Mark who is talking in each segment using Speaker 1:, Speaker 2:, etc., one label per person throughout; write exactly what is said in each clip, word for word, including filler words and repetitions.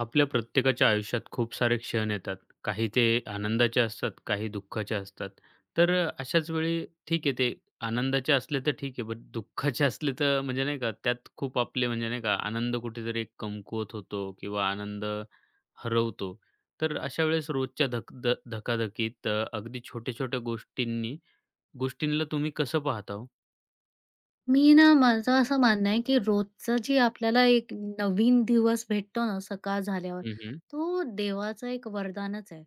Speaker 1: आपल्या प्रत्येकाच्या आयुष्यात खूप सारे क्षण येतात. काही ते आनंदाचे असतात, काही दुःखाचे असतात. तर अ, अशाच वेळी ठीक आहे ते आनंदाचे असले तर ठीक आहे, बट दुःखाचे असले तर म्हणजे नाही का त्यात खूप आपले म्हणजे नाही का आनंद कुठेतरी एक कमकुवत होतो किंवा आनंद हरवतो. तर अशा वेळेस रोजच्या धक ध धकाधकीत अ, अगदी छोट्या-छोट्या गोष्टींनी गोष्टींना तुम्ही कसं पाहता हो?
Speaker 2: मी ना माझं असं मानणं आहे, की रोजचं जी आपल्याला एक नवीन दिवस भेटतो ना सकाळ झाल्यावर,
Speaker 1: हं, हं.
Speaker 2: तो देवाचं एक वरदानच आहे.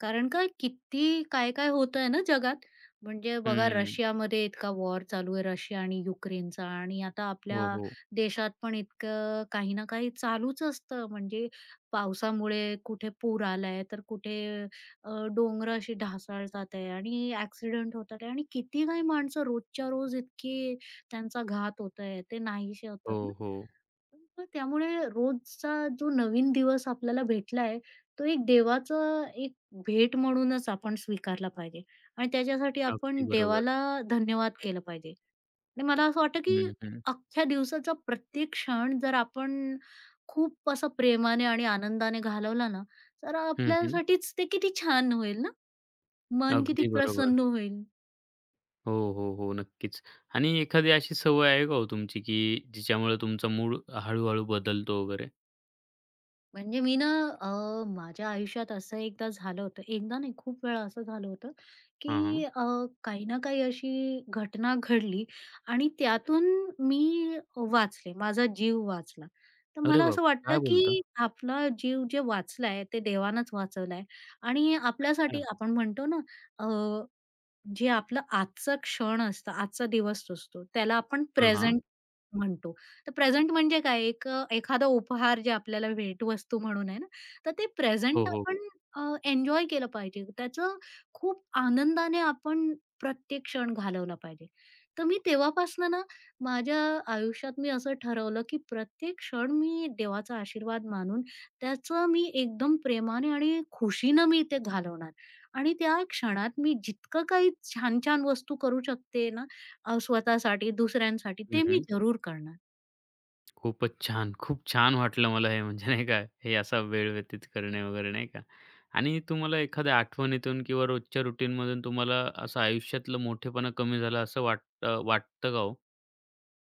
Speaker 2: कारण का किती काय-काय होतंय ना जगात. म्हणजे बघा
Speaker 1: हं.
Speaker 2: रशियामध्ये इतका वॉर चालू आहे रशिया आणि युक्रेनचा आणि आता आपल्या
Speaker 1: हो, हो.
Speaker 2: देशात पण इतकं काही ना काही चालूच असतं. म्हणजे पावसामुळे कुठे पूर आलाय, तर कुठे अ, डोंगरं अशी ढासळतात आहे आणि ॲक्सिडेंट होतात आहे आणि किती काही माणसं रोजच्या रोज इतकी त्यांचा घात होतोय, ते नाहीसे होतात
Speaker 1: हो,
Speaker 2: ना.
Speaker 1: हो.
Speaker 2: मग त्यामुळे रोजचा जो नवीन दिवस आपल्याला भेटलाय, तो एक देवाचं एक भेट म्हणूनच आपण स्वीकारला पाहिजे आणि त्याच्यासाठी
Speaker 1: अगदी
Speaker 2: आपण
Speaker 1: बरोबर.
Speaker 2: देवाला धन्यवाद केलं पाहिजे आणि मला असं वाटतं, की
Speaker 1: हं, हं.
Speaker 2: अख्ख्या दिवसाचा प्रत्येक क्षण जर आपण खूप असं प्रेमाने आणि आनंदाने घालवला ना, तर
Speaker 1: हं, हं.
Speaker 2: आपल्यासाठीच ते किती छान होईल ना. मन किती
Speaker 1: अगदी बरोबर.
Speaker 2: प्रसन्न होईल.
Speaker 1: हो, हो, हो. नक्कीच. आणि एखादी अशी सवय आहे का हो तुमची, की जिच्यामुळे तुमचा मूड हळू-हळू बदलतो वगैरे?
Speaker 2: म्हणजे मी ना अ, माझ्या आयुष्यात असं एकदा झालं होतं. एकदा नाही खूप वेळा असं झालं होतं,
Speaker 1: हां, हां.
Speaker 2: की अ, काही ना काही अशी घटना घडली आणि त्यातून मी वाचले. माझा जीव वाचला. तर
Speaker 1: अरे
Speaker 2: मला असं
Speaker 1: बापरे! काय
Speaker 2: वाटतं,
Speaker 1: बोलता?
Speaker 2: की आपला जीव जे वाचलाय ते देवानंच वाचवलाय आणि आपल्यासाठी
Speaker 1: अच्छा.
Speaker 2: आपण म्हणतो ना जे आपलं आजचा क्षण असतं, आजचा दिवस असतो, त्याला आपण
Speaker 1: हां, हां.
Speaker 2: प्रेझेंट म्हणतो. तर प्रेझेंट म्हणजे काय? एक अ, एखादा उपहार जे आपल्याला भेटवस्तू म्हणून आहे ना, तर ते
Speaker 1: हो,
Speaker 2: प्रेझेंट
Speaker 1: हो,
Speaker 2: आपण
Speaker 1: हो.
Speaker 2: अ, एन्जॉय केलं पाहिजे. त्याचं खूप आनंदाने आपण प्रत्येक क्षण घालवला पाहिजे. तर मी तेव्हापासनं ना, माझ्या आयुष्यात मी असं ठरवलं, की प्रत्येक क्षण मी देवाचा आशीर्वाद मानून त्याचं मी एकदम प्रेमाने आणि खुशीनं मी ते घालवणार. आणि त्या क्षणात मी जितकं काही छान-छान वस्तू करू शकते ना, अ, स्वतःसाठी, दुसऱ्यांसाठी
Speaker 1: हं,
Speaker 2: ते मी
Speaker 1: हं.
Speaker 2: जरूर करणार.
Speaker 1: खूपच छान. खूप छान वाटलं मला हे म्हणजे नाही का, हे असा वेळ व्यतीत करणे वगैरे नाही का? आणि तुम्हाला एखाद्या आठवणीतून किंवा रोजच्या रुटीनमधून तुम्हाला असं आयुष्यातलं मोठेपणा कमी झाला असं वाटतं वाटतं का हो?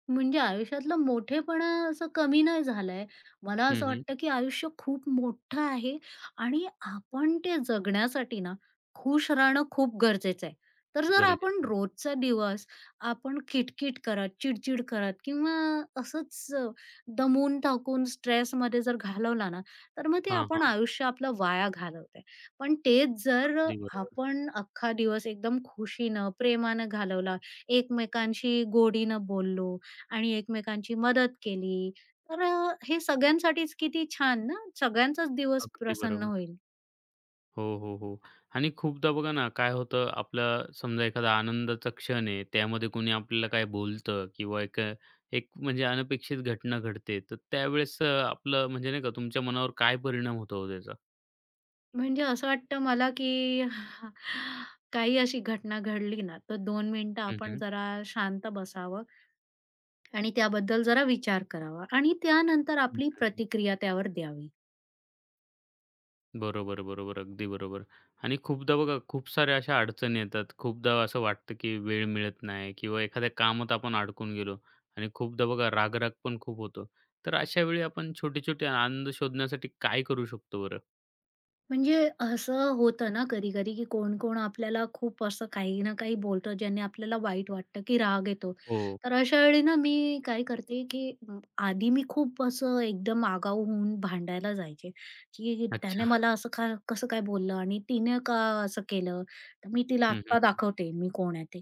Speaker 2: म्हणजे आयुष्यातला मोठेपणा असं कमी नाही झालाय. मला
Speaker 1: हं,
Speaker 2: असं
Speaker 1: हं.
Speaker 2: वाटतं, की आयुष्य खूप मोठं आहे आणि आपण ते जगण्यासाठी ना, खुश राहणं खूप गरजेचं आहे. तर जर आपण
Speaker 1: गरजेचं आहे.
Speaker 2: रोजचा दिवस आपण किटकिट करत, चिडचिड करत किंवा असंच अ, दमून टाकून स्ट्रेसमध्ये जर घालवला ना, तर मग ते
Speaker 1: हां,
Speaker 2: आपण
Speaker 1: हां.
Speaker 2: आयुष्य आपलं वाया घालवतोय. पण तेच जर
Speaker 1: अगदी बरोबर.
Speaker 2: आपण अख्खा दिवस एकदम खुशीनं, प्रेमानं घालवला, एकमेकांशी गोडीनं बोललो आणि एकमेकांची मदत केली. तर अ, हे सगळ्यांसाठीच किती छान ना, सगळ्यांचाच दिवस
Speaker 1: अगदी
Speaker 2: प्रसन्न
Speaker 1: बरोबर.
Speaker 2: होईल.
Speaker 1: हो, हो, हो. आणि खूपदा बघा ना, काय होतं आपलं समजा एखादा आनंदाचा क्षण आहे, त्यामध्ये कोणी आपल्याला काय बोलतं किंवा एक अ, एक म्हणजे अनपेक्षित घटना घडते, तर त्यावेळेस अ, आपलं म्हणजे नाही का तुमच्या मनावर काय परिणाम होतो हो त्याचा?
Speaker 2: म्हणजे असं वाटतं मला, की काही अशी घटना घडली ना, तर दोन मिनिटं
Speaker 1: हं,
Speaker 2: आपण
Speaker 1: हं.
Speaker 2: जरा शांत बसावं आणि त्याबद्दल जरा विचार करावा आणि त्यानंतर
Speaker 1: हं,
Speaker 2: आपली
Speaker 1: हं, हं.
Speaker 2: प्रतिक्रिया त्यावर द्यावी.
Speaker 1: बरोबर, बरोबर. अगदी बरोबर. आणि खूपदा बघा खूप साऱ्या अशा अडचणी येतात. खूपदा असं वाटतं की वेळ मिळत नाही किंवा एखाद्या कामात आपण अडकून गेलो आणि खूपदा बघा राग पण खूप होतो. तर अशा वेळी आपण छोटे-छोटे आनंद शोधण्यासाठी काय करू शकतो बरं?
Speaker 2: म्हणजे असं होतं ना कधी-कधी, की कोण-कोण आपल्याला खूप असं काही ना काही बोलतं, ज्याने आपल्याला वाईट वाटतं, की राग येतो.
Speaker 1: हो.
Speaker 2: तर अशा वेळी ना मी काय करते, की म, आधी मी खूप असं एकदम आगाऊ होऊन भांडायला जायचे, की त्याने
Speaker 1: अच्छा.
Speaker 2: मला असं का कसं काय बोललं आणि तिने का असं केलं? तर मी तिला
Speaker 1: हं,
Speaker 2: आत्ता
Speaker 1: हं.
Speaker 2: दाखवते मी कोण आहे ते.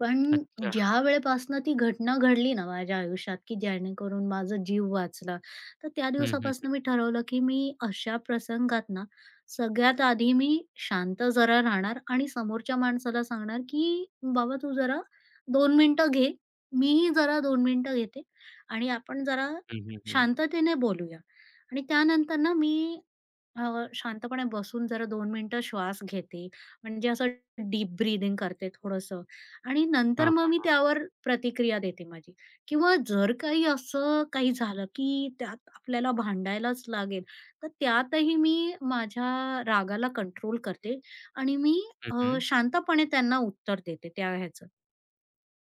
Speaker 2: पण
Speaker 1: अच्छा.
Speaker 2: ज्या वेळेपासनं ती घटना घडली ना माझ्या आयुष्यात, की जेणेकरून माझा जीव वाचला. तर त्या
Speaker 1: हं, हं,
Speaker 2: दिवसापासून मी ठरवलं, की मी अशा प्रसंगात ना, सगळ्यात आधी मी शांत जरा राहणार आणि समोरच्या माणसाला सांगणार, की "बाबा तू जरा दोन मिनिटं घे. मीही जरा दोन मिनिटं घेते आणि आपण जरा
Speaker 1: हं, हं, हं.
Speaker 2: शांततेने बोलूया." आणि त्यानंतर ना मी अ, शांतपणे बसून जरा दोन मिनिटं श्वास घेते. म्हणजे असं डीप ब्रीथिंग करते थोडंसं आणि नंतर
Speaker 1: हां,
Speaker 2: मग मी
Speaker 1: हां.
Speaker 2: त्यावर प्रतिक्रिया देते माझी किंवा जर काही असं काही झालं, की त्यात आपल्याला भांडायलाच लागेल, तर त्यातही मी माझ्या रागाला कंट्रोल करते आणि मी
Speaker 1: हं,
Speaker 2: अ,
Speaker 1: हं.
Speaker 2: शांतपणे त्यांना उत्तर देते त्या ह्याचं.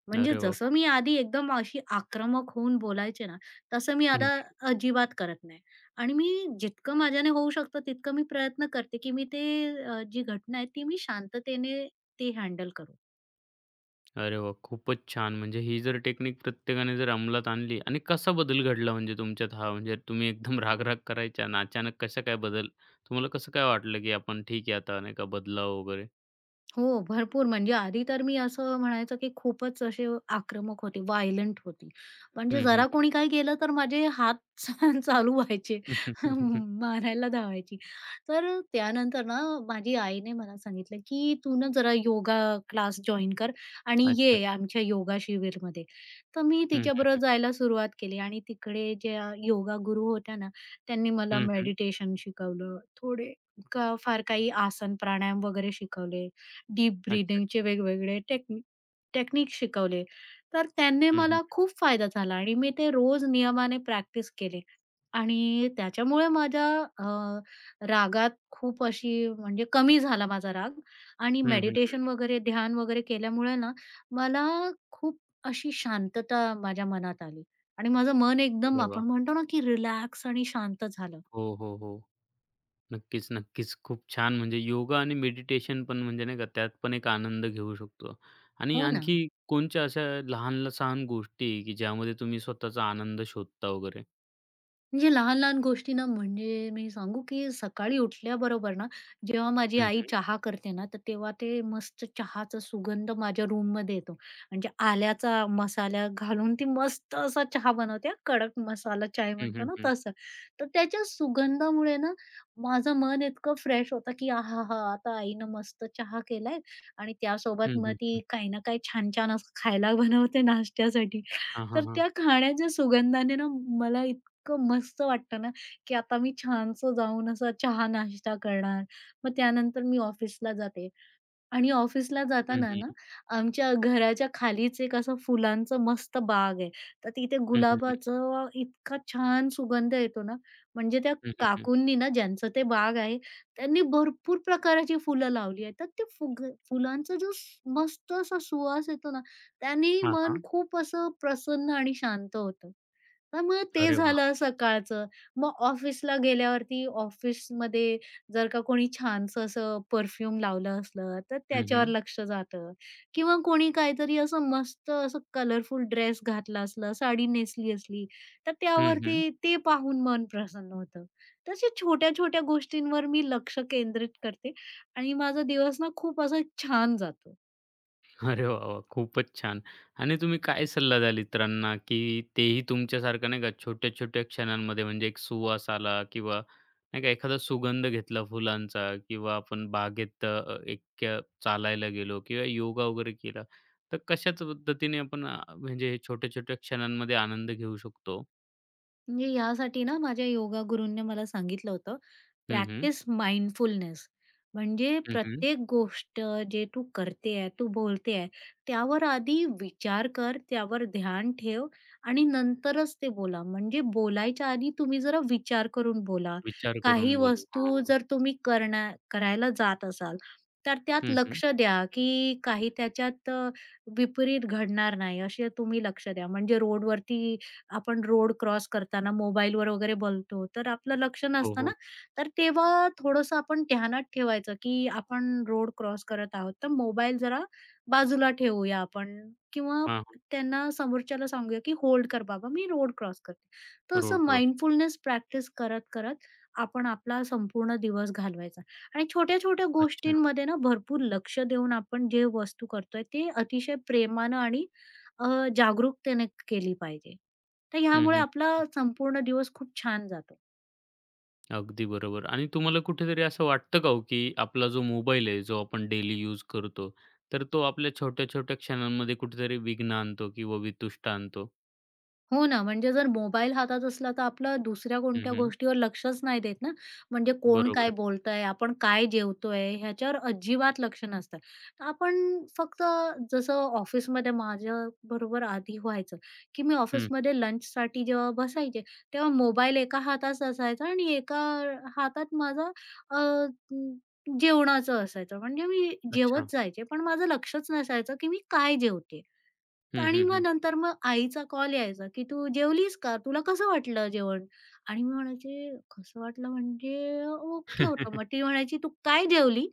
Speaker 2: म्हणजे
Speaker 1: अरे वाह!
Speaker 2: जसं मी
Speaker 1: खूप
Speaker 2: आधी एकदम अशी आक्रमक होऊन बोलायचे ना, तसं मी
Speaker 1: हं,
Speaker 2: आता
Speaker 1: हं.
Speaker 2: अजिबात करत नाही. आणि मी जितकं माझ्याने होऊ शकतं तितकं मी प्रयत्न करते, की मी ते अ, जी घटना आहे ती मी शांततेने ती हँडल करू.
Speaker 1: अरे वाह! खूपच छान. म्हणजे ही जर टेक्निक प्रत्येकाने जर अंमलात आणली आणि कसा बदल घडला म्हणजे तुमच्यात हा? म्हणजे तुम्ही एकदम राग-राग करायच्या आणि अचानक कसा काय बदल? तुम्हाला कसं काय वाटलं, की आपण ठीक आहे आता नाही का बदलावं वगैरे?
Speaker 2: हो, भरपूर. म्हणजे आधी तर मी असं म्हणायचं, की खूपच असे आक्रमक होते, व्हायलंट होती.
Speaker 1: हं,
Speaker 2: म्हणजे
Speaker 1: हं,
Speaker 2: जरा
Speaker 1: हं.
Speaker 2: कोणी काही केलं तर माझे हात चालू व्हायचे. मारायला धावायची. तर त्यानंतर ना माझी आईने मला सांगितलं, की "तू ना जरा योगा क्लास जॉइन कर आणि
Speaker 1: अच्छा,
Speaker 2: ये
Speaker 1: अच्छा.
Speaker 2: आमच्या योगा शिबिरमध्ये." तर मी
Speaker 1: हं, हं.
Speaker 2: तिच्याबरोबर जायला सुरुवात केली आणि तिकडे ज्या योगा गुरु होत्या ना, त्यांनी मला
Speaker 1: हं, हं.
Speaker 2: मेडिटेशन शिकवलं. थोडे का फार काही आसन, प्राणायाम वगैरे शिकवले. डीप
Speaker 1: अच्छा, अच्छा.
Speaker 2: ब्रीथिंगचे वेगवेगळे टेक्निक टेक्निक शिकवले. तर त्याने
Speaker 1: हं, हं.
Speaker 2: मला खूप फायदा झाला आणि मी ते रोज नियमाने प्रॅक्टिस केले आणि त्याच्यामुळे माझ्या अ, रागात खूप अशी म्हणजे कमी झाला माझा राग आणि
Speaker 1: हं, हं, हं.
Speaker 2: मेडिटेशन वगैरे, ध्यान वगैरे केल्यामुळे ना मला खूप अशी शांतता माझ्या मनात आली आणि माझं मन एकदम
Speaker 1: अरे वाह!
Speaker 2: आपण म्हणतो ना, की रिलॅक्स आणि शांत झालं.
Speaker 1: हो, हो, हो. नक्कीच, नक्कीच. खूप छान म्हणजे योगा आणि मेडिटेशन पण म्हणजे नाही का त्यात पण एक आनंद घेऊ शकतो. आणि
Speaker 2: हो ना.
Speaker 1: आणखी कोणत्या अशा लहान-लहान गोष्टी, की ज्यामध्ये तुम्ही स्वतःचा आनंद शोधता वगैरे?
Speaker 2: म्हणजे लहान-लहान गोष्टी ना, म्हणजे मी सांगू की सकाळी उठल्याबरोबर ना, जेव्हा माझी
Speaker 1: हं,
Speaker 2: आई
Speaker 1: हं.
Speaker 2: चहा करते ना, तर तेव्हा ते मस्त चहाचा सुगंध माझ्या रूममध्ये येतो. म्हणजे आल्याचा मसाला घालून ती मस्त असा चहा बनवते हां, कडक मसाला चाय
Speaker 1: हं,
Speaker 2: म्हणतो
Speaker 1: हं,
Speaker 2: ना
Speaker 1: हं.
Speaker 2: तसं. तर त्याच्या सुगंधामुळे ना, माझं मन इतकं फ्रेश होतं की आहाहा! आता आईनं मस्त चहा केलाय आणि
Speaker 1: हं,
Speaker 2: त्यासोबत मग
Speaker 1: हं, हं.
Speaker 2: ती काही ना काही छान-छान असं खायला बनवते नाश्त्यासाठी.
Speaker 1: हां, हां,
Speaker 2: तर
Speaker 1: हां.
Speaker 2: त्या खाण्याच्या सुगंधाने ना, मला इतकं मस्त वाटतं ना, की आता मी छानसं जाऊन असा चहा-नाश्ता करणार. मग त्यानंतर मी ऑफिसला जाते. आणि ऑफिसला
Speaker 1: हं,
Speaker 2: जाताना
Speaker 1: हं.
Speaker 2: ना, आमच्या घराच्या खालीच एक असं फुलांचं मस्त बाग आहे. तर तिथे
Speaker 1: हं, हं, हं.
Speaker 2: गुलाबाचं इतका छान सुगंध येतो ना, म्हणजे त्या
Speaker 1: हं, हं, हं.
Speaker 2: काकूंनी ना, ज्यांचं ते बाग आहे, त्यांनी भरपूर प्रकाराची फुलं लावली आहेत. तर ते फुग फुलांचा जो स- मस्त असा सुवास येतो ना, त्याने मन खूप असं प्रसन्न आणि शांत होतं. तर मग ते
Speaker 1: अरे वाह!
Speaker 2: झालं सकाळचं. मग ऑफिसला गेल्यावरती ऑफिसमध्ये जर का कोणी छानसं असं परफ्यूम लावलं असलं, तर
Speaker 1: हं,
Speaker 2: त्याच्यावर
Speaker 1: हं.
Speaker 2: लक्ष जातं किंवा कोणी काहीतरी असं मस्त असं कलरफुल ड्रेस घातला असला, साडी नेसली असली, तर
Speaker 1: हं, हं.
Speaker 2: त्यावरती ते पाहून मन प्रसन्न होतं. तर अशा छोट्या-छोट्या गोष्टींवर मी लक्ष केंद्रित करते आणि माझा दिवस ना खूप असा छान जातो.
Speaker 1: अरे वाह, वाह! खूपच छान. आणि तुम्ही काय सल्ला द्याल इतरांना, की तेही तुमच्यासारखं नाही का छोट्या-छोट्या क्षणांमध्ये म्हणजे एक सुवास आला किंवा नाही का एखादा सुगंध घेतला फुलांचा किंवा आपण बागेत अ, एकट्या चालायला गेलो किंवा योगा वगैरे केला, तर कशाच पद्धतीने आपण अ, म्हणजे छोट्या-छोट्या क्षणांमध्ये आनंद घेऊ शकतो?
Speaker 2: म्हणजे यासाठी ना माझ्या योगा गुरूंनी मला सांगितलं होतं,
Speaker 1: हं, हं.
Speaker 2: Practice mindfulness. म्हणजे
Speaker 1: हं, हं.
Speaker 2: प्रत्येक गोष्ट जे तू करते आहे, तू बोलते आहे, त्यावर आधी विचार कर, त्यावर ध्यान ठेव आणि नंतरच ते बोला. म्हणजे बोलायच्या आधी तुम्ही जरा विचार करून बोला.
Speaker 1: विचार
Speaker 2: काही
Speaker 1: करून बोलू.
Speaker 2: वस्तू
Speaker 1: हां.
Speaker 2: जर तुम्ही करण्या करायला जात असाल, तर त्यात
Speaker 1: हं, हं.
Speaker 2: लक्ष द्या, की काही त्याच्यात अ, विपरीत घडणार नाही, असे तुम्ही लक्ष द्या. म्हणजे रोडवरती आपण रोड क्रॉस करताना मोबाईलवर वगैरे बोलतो, तर आपलं लक्ष
Speaker 1: हो,
Speaker 2: नसतं ना,
Speaker 1: हो.
Speaker 2: तर तेव्हा थोडंसं आपण ध्यानात ठेवायचं, की आपण रोड क्रॉस करत आहोत, तर मोबाईल जरा बाजूला ठेवूया आपण किंवा
Speaker 1: हां, हां.
Speaker 2: त्यांना समोरच्याला सांगूया, की "होल्ड कर बाबा, मी रोड क्रॉस करते."
Speaker 1: रोड
Speaker 2: तसं
Speaker 1: क्रॉस.
Speaker 2: माइंडफुलनेस प्रॅक्टिस करत-करत आपण आपला संपूर्ण दिवस घालवायचा आणि छोट्या-छोट्या
Speaker 1: अच्छा.
Speaker 2: गोष्टींमध्ये ना भरपूर लक्ष देऊन आपण जे वस्तू करतोय, ते अतिशय प्रेमानं आणि अ, जागरूकतेने केली पाहिजे. तर
Speaker 1: हं,
Speaker 2: ह्यामुळे
Speaker 1: हं.
Speaker 2: आपला संपूर्ण दिवस खूप छान जातो.
Speaker 1: अगदी बरोबर आणि तुम्हाला कुठेतरी असं वाटतं का हो, की आपला जो मोबाईल आहे, जो आपण डेली यूज करतो, तर तो आपल्या छोट्या-छोट्या क्षणांमध्ये कुठेतरी विघ्न आणतो किंवा वितुष्ट आणतो?
Speaker 2: हो ना, म्हणजे जर मोबाईल हातात असला तर आपलं दुसऱ्या
Speaker 1: हं,
Speaker 2: कोणत्या
Speaker 1: हं.
Speaker 2: गोष्टीवर लक्षच नाही देत ना. म्हणजे कोण काय
Speaker 1: बरोबर.
Speaker 2: बोलतंय, आपण काय जेवतोय ह्याच्यावर अजिबात लक्ष नसतं. तर आपण फक्त जसं ऑफिसमध्ये माझ्याबरोबर आधी व्हायचं, की मी
Speaker 1: हं.
Speaker 2: ऑफिसमध्ये लंचसाठी जेव्हा बसायचे, तेव्हा मोबाईल एका हातात असायचा आणि एका हातात माझा अ, म, जेवणाचं असायचं. म्हणजे मी
Speaker 1: अच्छा.
Speaker 2: जेवत जायचे, पण माझं लक्षच नसायचं, की मी काय जेवते.
Speaker 1: हं,
Speaker 2: आणि
Speaker 1: हं,
Speaker 2: मग
Speaker 1: हं.
Speaker 2: नंतर मग आईचा कॉल यायचा, की "तू जेवलीस का? तुला कसं वाटलं जेवण?" आणि मी म्हणायचे, "कसं वाटलं म्हणजे ओके होतं." मग ती म्हणायची, "तू काय जेवली?"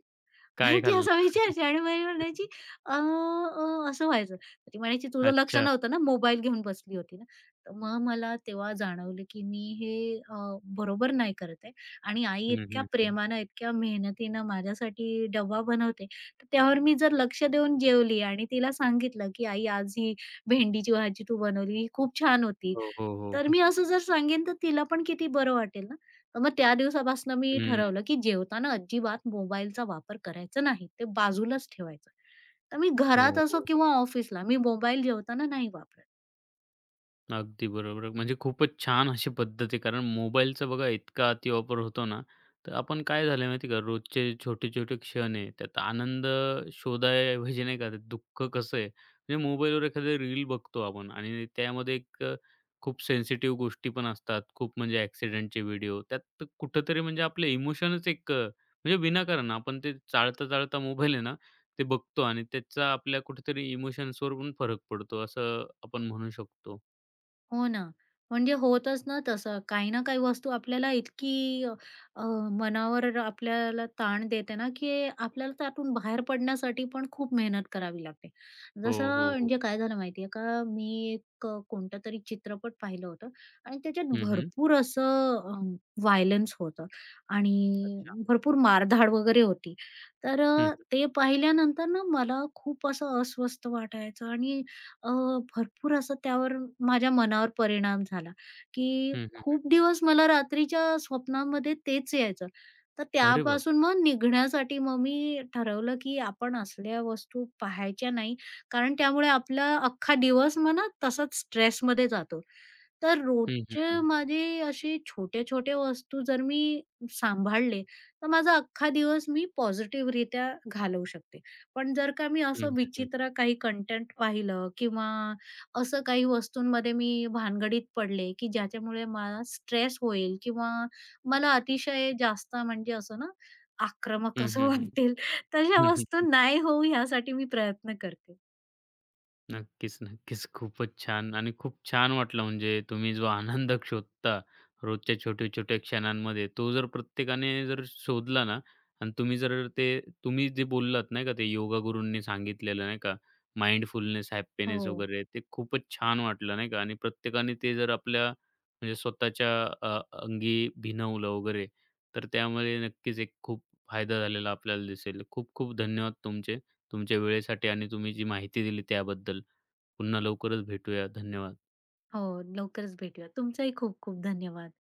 Speaker 2: आणि
Speaker 1: काय
Speaker 2: ती असं
Speaker 1: खाल्लं?
Speaker 2: विचारायची आणि मी म्हणायची, "अ, अ" असं व्हायचं. तर ती म्हणायची, "तुझं लक्ष
Speaker 1: अच्छा.
Speaker 2: नव्हतं ना, मोबाईल घेऊन बसली होती ना." तर मग मला तेव्हा जाणवलं, की मी हे अ, बरोबर नाही करत आहे आणि आई
Speaker 1: हं,
Speaker 2: इतक्या
Speaker 1: हं, हं.
Speaker 2: प्रेमानं, इतक्या मेहनतीनं माझ्यासाठी डब्बा बनवते. तर त्यावर मी जर लक्ष देऊन जेवली आणि तिला सांगितलं, की "आई, आज ही भेंडीची भाजी तू बनवली, ही खूप छान होती."
Speaker 1: हो, हो,
Speaker 2: तर
Speaker 1: हो.
Speaker 2: मी असं जर सांगेन, तर तिला पण किती बरं वाटेल ना. मग त्या दिवसापासून मी
Speaker 1: हं.
Speaker 2: ठरवलं, की जेवताना अजिबात मोबाईलचा वापर करायचा नाही. ते बाजूलाच ठेवायचं. तर मी
Speaker 1: हो,
Speaker 2: घरात असो
Speaker 1: हो.
Speaker 2: किंवा ऑफिसला मी मोबाईल जेवताना नाही वापरत.
Speaker 1: अगदी बरोबर. म्हणजे खूपच छान अशी पद्धत आहे. कारण मोबाईलचा बघा इतका अतिवापर होतो ना, तर आपण काय झालं माहिती आहे का, रोजचे छोटे-छोटे क्षण आहे, त्यात आनंद शोधायऐवजी नाही का, ते दुःख कसं आहे, म्हणजे मोबाईलवर एखादी रील बघतो आपण आणि त्यामध्ये एक अ, खूप सेन्सिटिव्ह गोष्टी पण असतात. खूप म्हणजे ॲक्सिडेंटचे व्हिडिओ, त्यात कुठेतरी म्हणजे आपले इमोशनच एक अ, म्हणजे विनाकारण आपण ते चाळता-चाळता मोबाईल आहे ना, ते बघतो आणि त्याचा आपल्या कुठेतरी इमोशन्सवर पण फरक पडतो, असं आपण म्हणू शकतो.
Speaker 2: हो ना. म्हणजे होतच ना तसं. काही ना काही वस्तू आपल्याला इतकी अ, अ, मनावर आपल्याला ताण देते ना, की आपल्याला त्यातून बाहेर पडण्यासाठी पण खूप मेहनत करावी लागते. जसं
Speaker 1: हो, हो, हो.
Speaker 2: म्हणजे काय झालं माहिती का, मी एक अ, तरी चित्रपट पाहिलं होतं आणि त्याच्यात
Speaker 1: हं, हं.
Speaker 2: भरपूर असं व्हायलन्स होतं आणि
Speaker 1: अच्छा.
Speaker 2: भरपूर मारधाड वगैरे होती. तर
Speaker 1: हं,
Speaker 2: अ,
Speaker 1: हं.
Speaker 2: ते पाहिल्यानंतर ना मला खूप असं अस्वस्थ वाटायचं आणि अ, भरपूर असं त्यावर माझ्या मनावर परिणाम झाला, की
Speaker 1: हं, हं, हं.
Speaker 2: खूप दिवस मला रात्रीच्या स्वप्नामध्ये तेच यायचं. तर
Speaker 1: अरे बाप!
Speaker 2: त्यापासून मग निघण्यासाठी मग मी ठरवलं, की आपण असल्या वस्तू पाहायच्या नाही, कारण त्यामुळे आपला अख्खा दिवस म्हणा तसाच स्ट्रेसमध्ये जातो. तर
Speaker 1: हं, हं,
Speaker 2: रोजच्या
Speaker 1: हं.
Speaker 2: माझे असे छोटे-छोटे वस्तू जर मी सांभाळले, तर माझा अख्खा दिवस मी पॉझिटिव्हरित्या घालवू शकते. पण जर का मी
Speaker 1: हं,
Speaker 2: असं
Speaker 1: हं, हं.
Speaker 2: विचित्र काही कंटेंट पाहिलं किंवा असं काही वस्तूंमध्ये मी भानगडीत पडले, की ज्याच्यामुळे मला स्ट्रेस होईल किंवा मला अतिशय जास्त म्हणजे असं ना, आक्रमक
Speaker 1: हं,
Speaker 2: असं
Speaker 1: हं, हं.
Speaker 2: वाटेल, तशा
Speaker 1: हं,
Speaker 2: वस्तू
Speaker 1: हं.
Speaker 2: नाही होऊ ह्यासाठी मी प्रयत्न करते.
Speaker 1: नक्कीच, नक्कीच. खूपच छान आणि खूप छान वाटलं म्हणजे तुम्ही जो आनंद शोधता रोजच्या छोट्या-छोट्या क्षणांमध्ये, तो जर प्रत्येकाने जर शोधला ना आणि तुम्ही जर ते तुम्ही जे बोललात नाही का, ते योगा गुरूंनी सांगितलेलं नाही का, माइंडफुलनेस,
Speaker 2: हो.
Speaker 1: हॅपीनेस वगैरे ते खूपच छान वाटलं नाही का आणि प्रत्येकाने ते जर आपल्या म्हणजे स्वतःच्या अ, अंगी भिनवलं वगैरे, तर त्यामुळे नक्कीच एक खूप फायदा झालेला आपल्याला दिसेल. खूप खूप धन्यवाद तुमचे, तुमच्या वेळेसाठी आणि तुम्ही जी माहिती दिली त्याबद्दल. पुन्हा लवकरच भेटूया. धन्यवाद.
Speaker 2: हो, लवकरच भेटूया. तुमचाही खूप खूप धन्यवाद.